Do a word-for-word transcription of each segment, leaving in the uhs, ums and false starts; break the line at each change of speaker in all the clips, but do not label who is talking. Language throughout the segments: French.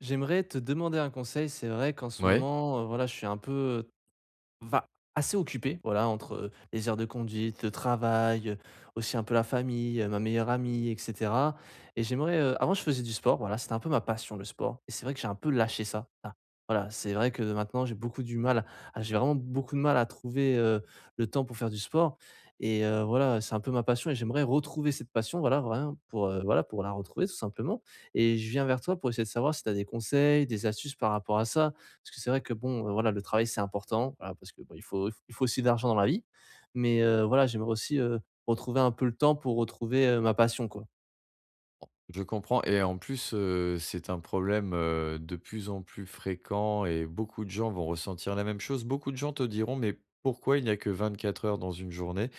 J'aimerais te demander un conseil. C'est vrai qu'en ce
Ouais,
moment, heu, voilà, je suis un peu, Va assez occupé, voilà, entre, heu, les heures de conduite, le travail, heu, aussi un peu la famille, heu, ma meilleure amie et cetera et j'aimerais, heu avant je faisais du sport, voilà, c'était un peu ma passion le sport et c'est vrai que j'ai un peu lâché ça. Ah, voilà, c'est vrai que maintenant j'ai beaucoup du mal à j'ai vraiment beaucoup de mal à trouver, heu, le temps pour faire du sport et heu, voilà, c'est un peu ma passion et j'aimerais retrouver cette passion, voilà, vraiment pour, heu, voilà, pour la retrouver tout simplement et je viens vers toi pour essayer de savoir si tu as des conseils, des astuces par rapport à ça? Parce que c'est vrai que bon, heu, voilà, le travail c'est important, voilà, parce que, bah, il faut il faut aussi de l'argent dans la vie. Mais, heu, voilà, j'aimerais aussi, heu, retrouver un peu le temps pour retrouver, heu, ma passion, quoi.
je comprends et en plus, heu, c'est un problème, heu, de plus en plus fréquent, et beaucoup de gens vont ressentir la même chose. Beaucoup de gens te diront: «Mais pourquoi il n'y a que vingt-quatre heures dans une journée ?»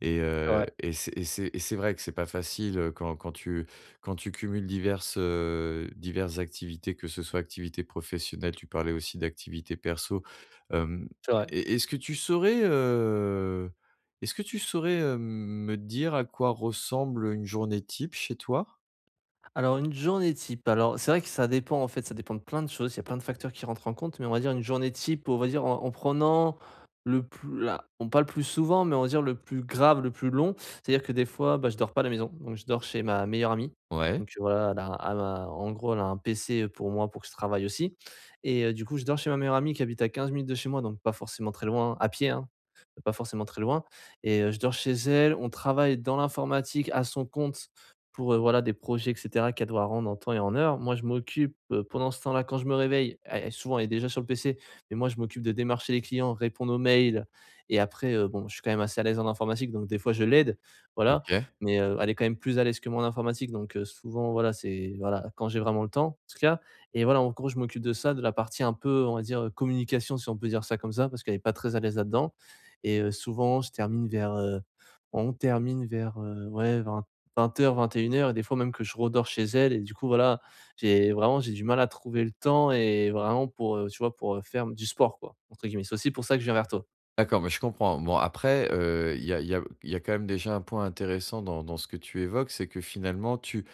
et
C'est
heu
vrai,
et c'est et c'est et c'est vrai que c'est pas facile, heu, quand quand tu quand tu cumules diverses, heu, diverses activités, que ce soit activités professionnelles, tu parlais aussi d'activités perso. Hem,
c'est vrai.
est est-ce que tu saurais, heu, est-ce que tu saurais, heu, me dire à quoi ressemble une journée type chez toi?
Alors une journée type, alors c'est vrai que ça dépend en fait, ça dépend de plein de choses, il y a plein de facteurs qui rentrent en compte, mais on va dire une journée type, on va dire en, en prenant le plus, là, on parle plus souvent, mais on va dire le plus grave, le plus long, c'est-à-dire que des fois, bah, je dors pas à la maison, donc je dors chez ma meilleure amie,
Ouais,
donc euh, voilà, elle a, elle a- en gros, elle a un P C pour moi pour que je travaille aussi, et euh, du coup, je dors chez ma meilleure amie qui habite à quinze minutes de chez moi, donc pas forcément très loin, à pied, hein, pas forcément très loin, et euh, je dors chez elle, on travaille dans l'informatique à son compte pour, heu, voilà, des projets et cetera qu'elle doit rendre en temps et en heure. Moi, je m'occupe, heu, pendant ce temps-là, quand je me réveille, elle souvent, elle est déjà sur le P C, mais moi, je m'occupe de démarcher les clients, répondre aux mails et après, heu, bon, je suis quand même assez à l'aise en informatique, donc des fois, je l'aide, voilà,
OK.
mais heu, elle est quand même plus à l'aise que moi en informatique, donc heu, souvent, voilà, c'est voilà, quand j'ai vraiment le temps, en tout cas et voilà, en gros, je m'occupe de ça, de la partie un peu, on va dire, heu, communication, si on peut dire ça comme ça, parce qu'elle est pas très à l'aise là-dedans et heu, souvent, je termine vers, heu, on termine vers, heu, ouais, vingt heures vingt et une heures et des fois même que je redors chez elle et du coup voilà, j'ai vraiment j'ai du mal à trouver le temps et vraiment pour, heu, tu vois? Pour, heu, faire du «sport» quoi, entre guillemets. C'est aussi pour ça que je viens vers toi.
D'accord, mais je comprends. Bon après, heu, il y a il y a il y a quand même déjà un point intéressant dans dans ce que tu évoques, c'est que finalement tu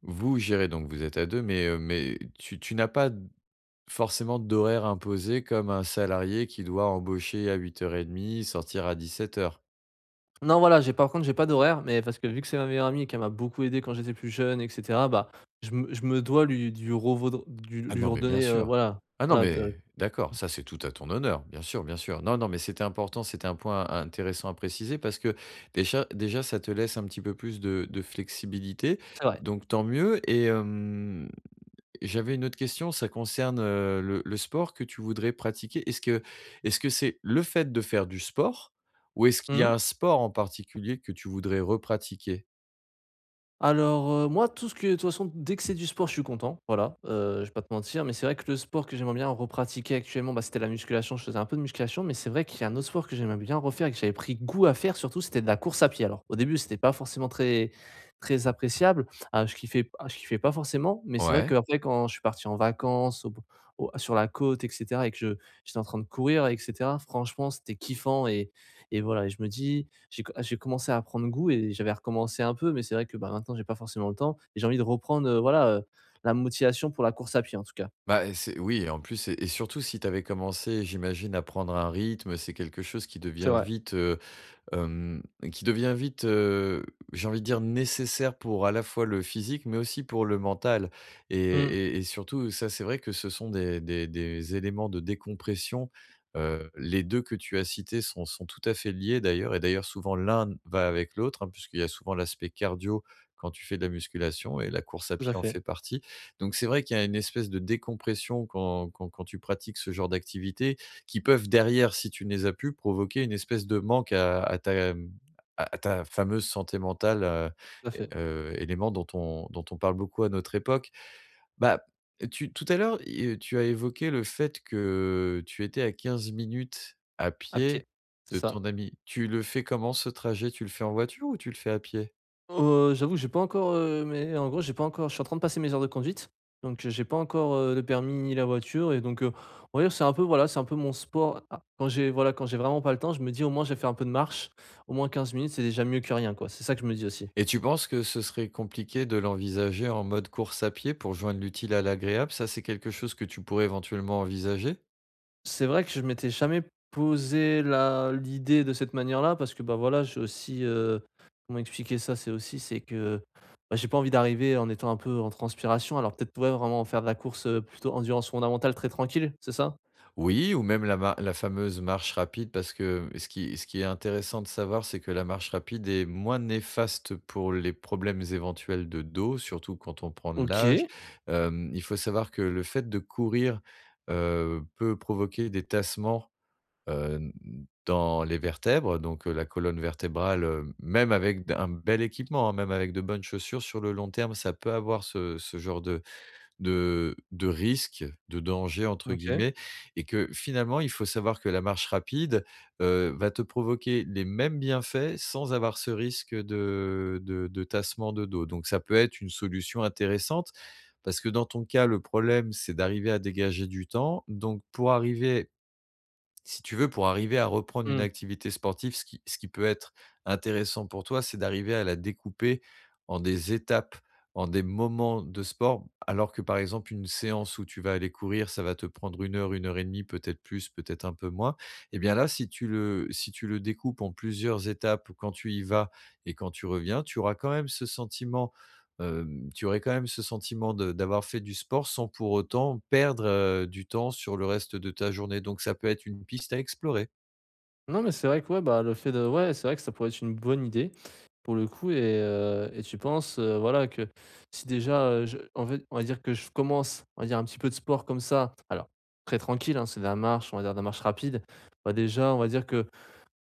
vous gérez, donc vous êtes à deux, mais, heu, mais tu tu n'as pas d forcément d'horaire imposé comme un salarié qui doit embaucher à huit heures trente, sortir à dix-sept heures.
Non voilà, j'ai par contre j'ai pas d'horaire, mais parce que vu que c'est ma meilleure amie et qu'elle m'a beaucoup aidé quand j'étais plus jeune et cetera, bah, je me je me dois lui du revaudre du
Ah
lui
non, mais bien
redonner, heu,
sûr.
voilà,
Ah non,
voilà
mais
de
d'accord, ça, c'est tout à ton honneur, bien sûr, bien sûr. Non, non, mais c'était important, c'était un point intéressant à préciser parce que déjà déjà ça te laisse un petit peu plus de de flexibilité,
c'est vrai.
donc tant mieux. Et hem, j'avais une autre question, ça concerne, heu, le le sport que tu voudrais pratiquer. Est-ce que est-ce que c'est le fait de faire du sport ou est-ce qu'il y a
Mmh.
un sport en particulier que tu voudrais repratiquer?
Alors, heu, moi, tout ce que de toute façon, dès que c'est du sport, je suis content, voilà, heu, je vais pas te mentir, mais c'est vrai que le sport que j'aimerais bien repratiquer actuellement, bah, c'était la musculation. Je faisais un peu de musculation, mais c'est vrai qu'il y a un autre sport que j'aimais bien refaire et que j'avais pris goût à faire surtout, c'était de la course à pied. Alors, au début, c'était pas forcément très très appréciable, ah, je kiffais ah, je kiffais pas forcément, mais c'est vrai
Ouais.
qu'après quand je suis parti en vacances au au sur la côte et cetera et que je j'étais en train de courir et cetera, franchement, c'était kiffant et et voilà et je me dis j'ai co j'ai commencé à prendre goût et j'avais recommencé un peu, mais c'est vrai que, bah, maintenant, j'ai pas forcément le temps et j'ai envie de reprendre, heu, voilà, heu, la motivation pour la course à pied, en tout cas.
Bah, et c'est oui, et en plus et et surtout si tu avais commencé, j'imagine, à prendre un rythme, c'est quelque chose qui
C'est
devient
vrai.
vite, euh, hem, qui devient vite, heu, j'ai envie de dire nécessaire pour à la fois le physique, mais aussi pour le mental. Et
Mmh,
et et surtout ça, c'est vrai que ce sont des des des éléments de décompression. Heu, les deux que tu as cités sont sont tout à fait liés, d'ailleurs, et d'ailleurs souvent l'un va avec l'autre, hein, puisqu'il y a souvent l'aspect cardio quand tu fais de la musculation, et la course à
tout à
pied en
fait,
fait partie. Donc c'est vrai qu'il y a une espèce de décompression quand quand quand tu pratiques ce genre d'activité, qui peuvent derrière, si tu ne les as plus, provoquer une espèce de manque à à ta, à ta fameuse santé mentale, heu
tout à
et
fait.
heu, élément dont on dont on parle beaucoup à notre époque. Bah, tu tout à l'heure, i tu as évoqué le fait que tu étais à quinze minutes à
À
pied
pied, c'est
de
ça.
ton ami. Tu le fais comment, ce trajet? Tu le fais en voiture ou tu le fais à pied?
Heu, j'avoue, j'ai pas encore, heu, mais en gros, j'ai pas encore je suis en train de passer mes heures de conduite, donc heu, j'ai pas encore, heu, le permis ni la voiture et donc heu, on va dire, c'est un peu, voilà, c'est un peu mon sport. Ah, quand j'ai voilà, quand j'ai vraiment pas le temps, je me dis: «Au moins, j'ai fait un peu de marche, au moins quinze minutes, c'est déjà mieux que rien», quoi. C'est ça que je me dis aussi.
Et tu penses que ce serait compliqué de l'envisager en mode course à pied pour joindre l'utile à l'agréable? Ça, c'est quelque chose que tu pourrais éventuellement envisager?
C'est vrai que je m'étais jamais posé la l'idée de cette manière-là parce que, bah, voilà, j'ai aussi, heu, comment expliquer ça? C'est aussi, c'est que, bah, j'ai pas envie d'arriver en étant un peu en transpiration alors peut-être, ouais, vraiment faire de la course, heu, plutôt endurance fondamentale très tranquille, c'est ça?
Oui, ou même la ma la fameuse marche rapide, parce que ce qui ce qui est intéressant de savoir, c'est que la marche rapide est moins néfaste pour les problèmes éventuels de dos, surtout quand on prend de l'âge.
OK,
Hem, il faut savoir que le fait de courir, heu, peut provoquer des tassements, heu, dans les vertèbres, donc heu, la colonne vertébrale, heu, même avec d un bel équipement, hein, même avec de bonnes chaussures, sur le long terme, ça peut avoir ce ce genre de de de risque, de «danger» entre
OK.
guillemets, et que finalement, il faut savoir que la marche rapide, heu, va te provoquer les mêmes bienfaits sans avoir ce risque de de de tassement de dos. Donc ça peut être une solution intéressante, parce que dans ton cas, le problème, c'est d'arriver à dégager du temps. Donc pour arriver, si tu veux, pour arriver à reprendre une
Mmh.
activité sportive, ce qui ce qui peut être intéressant pour toi, c'est d'arriver à la découper en des étapes, en des moments de sport, alors que par exemple une séance où tu vas aller courir, ça va te prendre une heure, une heure et demie, peut-être plus, peut-être un peu moins. Et bien là, si tu le si tu le découpes en plusieurs étapes, quand tu y vas et quand tu reviens, tu auras quand même ce sentiment, hem, tu aurais quand même ce sentiment de d'avoir fait du sport sans pour autant perdre, heu, du temps sur le reste de ta journée, donc ça peut être une piste à explorer.
Non, mais c'est vrai que ouais, bah, le fait de ouais, c'est vrai que ça pourrait être une bonne idée pour le coup et, heu, et tu penses, heu, voilà que si déjà, heu, je en fait, on va dire que je commence, on va dire un petit peu de sport comme ça, alors très tranquille, hein, c'est de la marche, on va dire de la marche rapide. Bah, déjà, on va dire que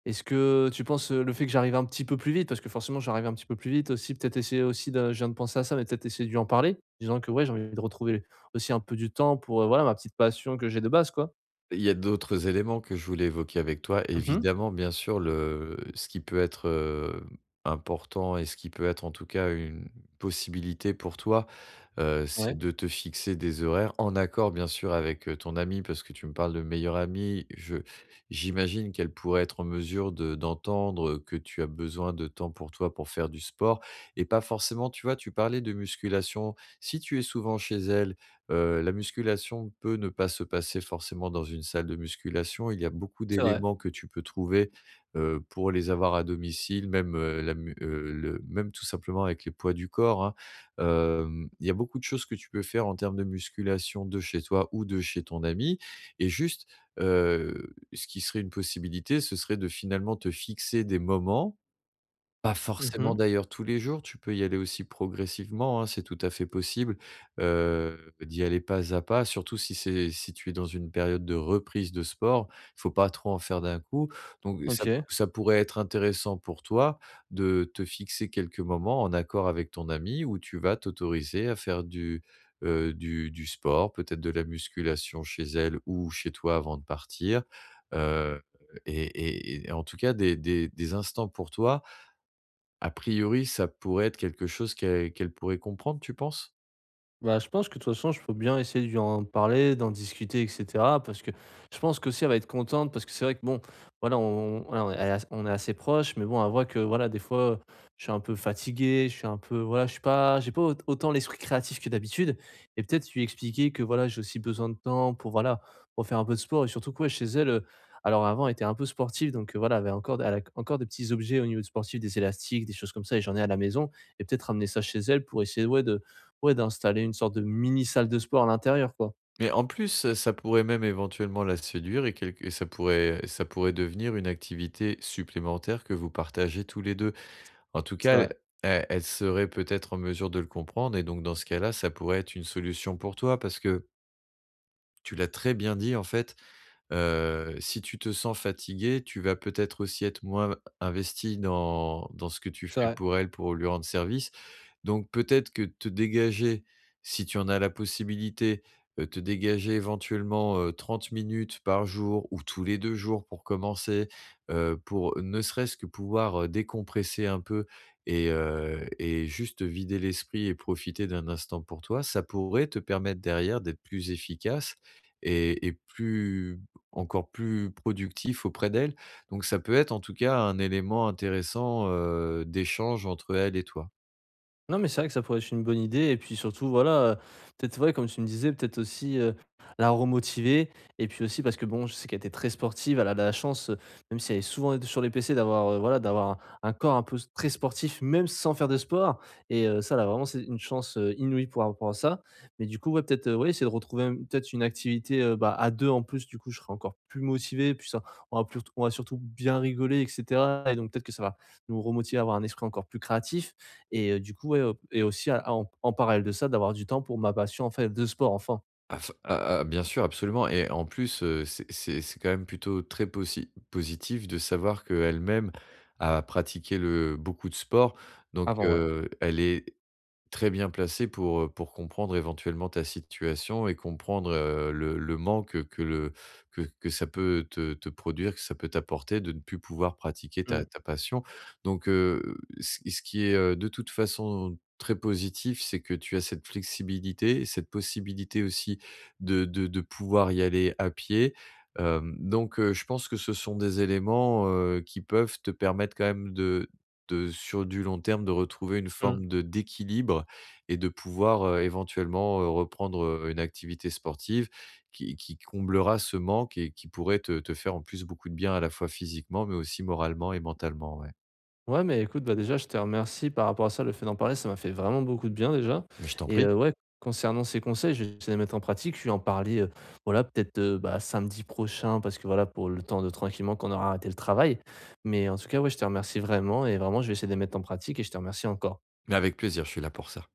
est-ce que tu penses, heu, le fait que j'arrive un petit peu plus vite parce que forcément j'arrive un petit peu plus vite aussi, peut-être essayer aussi de je viens de penser à ça, mais peut-être essayer de lui en parler, disant que ouais, j'ai envie de retrouver aussi un peu du temps pour, heu, voilà ma petite passion que j'ai de base quoi.
Il y a d'autres éléments que je voulais évoquer avec toi.
Mmh.
Évidemment, bien sûr, le ce qui peut être, heu, important, et ce qui peut être en tout cas une possibilité pour toi, Heu, c'est
Ouais,
de te fixer des horaires en accord bien sûr avec, heu, ton amie, parce que tu me parles de meilleure amie. Je j'imagine qu'elle pourrait être en mesure de d'entendre que tu as besoin de temps pour toi pour faire du sport, et pas forcément, tu vois, tu parlais de musculation. Si tu es souvent chez elle, heu, la musculation peut ne pas se passer forcément dans une salle de musculation. Il y a beaucoup
c'est vrai.
d'éléments que tu peux trouver, heu, pour les avoir à domicile, même, heu, la mu heu, le même tout simplement avec les poids du corps, hein. Hem, il y a beaucoup de choses que tu peux faire en termes de musculation de chez toi ou de chez ton ami, et juste, heu, ce qui serait une possibilité, ce serait de finalement te fixer des moments, pas forcément
Mmh.
d'ailleurs tous les jours, tu peux y aller aussi progressivement, hein, c'est tout à fait possible, heu, d'y aller pas à pas, surtout si c'est si tu es dans une période de reprise de sport, il faut pas trop en faire d'un coup. Donc ça
OK.
ça pourrait être intéressant pour toi de te fixer quelques moments en accord avec ton ami, où tu vas t'autoriser à faire du, heu, du du sport, peut-être de la musculation chez elle ou chez toi avant de partir, heu et et et en tout cas des des des instants pour toi. A priori, ça pourrait être quelque chose qu'elle qu'elle pourrait comprendre, tu penses?
Bah, je pense que de toute façon, je peux bien essayer de lui en parler, d'en discuter, et cetera, parce que je pense qu'aussi elle va être contente, parce que c'est vrai que bon, voilà, on, voilà, on est as- on est assez proches, mais bon, elle voit que voilà, des fois, je suis un peu fatigué, je suis un peu, voilà, je suis pas, j'ai pas au- autant l'esprit créatif que d'habitude, et peut-être lui expliquer que voilà, j'ai aussi besoin de temps pour voilà, pour faire un peu de sport, et surtout quoi, chez elle, euh, alors avant, elle était un peu sportive, donc euh, voilà, elle avait encore, elle a encore des petits objets au niveau de sportif, des élastiques, des choses comme ça, et j'en ai à la maison, et peut-être ramener ça chez elle pour essayer, ouais, de Ouais, d'installer une sorte de mini salle de sport à l'intérieur, quoi.
Mais en plus, heu, ça pourrait même éventuellement la séduire, et quelque et ça pourrait ça pourrait devenir une activité supplémentaire que vous partagez tous les deux. En tout
C'est
cas, elle
vrai,
elle elle serait peut-être en mesure de le comprendre, et donc dans ce cas-là, ça pourrait être une solution pour toi, parce que tu l'as très bien dit, en fait. Heu, si tu te sens fatigué, tu vas peut-être aussi être moins investi dans dans ce que tu
c'est
fais
vrai.
pour elle, pour lui rendre service. Donc peut-être que te dégager, si tu en as la possibilité, heu, te dégager éventuellement, heu, trente minutes par jour ou tous les deux jours pour commencer, heu, pour ne serait-ce que pouvoir, heu, décompresser un peu, et heu et juste vider l'esprit et profiter d'un instant pour toi, ça pourrait te permettre derrière d'être plus efficace et et plus encore plus productif auprès d'elle. Donc ça peut être en tout cas un élément intéressant, heu, d'échange entre elle et toi.
Non, mais c'est vrai que ça pourrait être une bonne idée et puis surtout voilà, heu, peut-être ouais, comme tu me disais, peut-être aussi, heu, la remotiver et puis aussi parce que bon, je sais qu'elle était très sportive, elle a la chance, heu, même si elle est souvent sur les P C d'avoir, heu, voilà, d'avoir un un corps un peu s très sportif même sans faire de sport et heu, ça là vraiment c'est une chance, heu, inouïe par rapport à ça. Mais du coup ouais, peut-être, heu, ouais, essayer de retrouver même peut-être une activité, heu, bah, à deux en plus du coup je serai encore plus motivé puis ça on va plus on va surtout bien rigoler et cetera et donc peut-être que ça va nous remotiver à avoir un esprit encore plus créatif et heu, du coup, ouais, heu, et aussi à en en parallèle de ça, d'avoir du temps pour ma passion, en fait, de sport, enfin,
Ah f ah ah Bien sûr, absolument, et en plus, heu, c'est c'est c'est quand même plutôt très possi positif de savoir qu'elle-même a pratiqué le beaucoup de sport, donc
avant, ouais.
heu, elle est très bien placé pour, heu, pour comprendre éventuellement ta situation et comprendre, heu, le le manque, que le que que ça peut te te produire, que ça peut t'apporter de ne plus pouvoir pratiquer
Mmh,
ta ta passion. Donc, heu, ce ce qui est, heu, de toute façon très positif, c'est que tu as cette flexibilité, cette possibilité aussi de de de pouvoir y aller à pied. Hem, donc, heu, je pense que ce sont des éléments, heu, qui peuvent te permettre quand même de de sur du long terme, de retrouver une
mmh.
forme de d'équilibre et de pouvoir, heu, éventuellement, heu, reprendre, heu, une activité sportive qui qui comblera ce manque et qui pourrait te te faire en plus beaucoup de bien à la fois physiquement, mais aussi moralement et mentalement, ouais.
Ouais, mais écoute, bah, déjà, je te remercie par rapport à ça, le fait d'en parler, ça m'a fait vraiment beaucoup de bien déjà
Mais je t'en
et
prie,
heu, ouais, concernant ces conseils, je vais essayer de les mettre en pratique. Je vais en parler, heu, voilà, peut-être, heu, bah, samedi prochain parce que, voilà, pour le temps de tranquillement qu'on aura arrêté le travail. Mais en tout cas, ouais, je te remercie vraiment et vraiment, je vais essayer de les mettre en pratique et je te remercie encore.
mais avec plaisir, je suis là pour ça.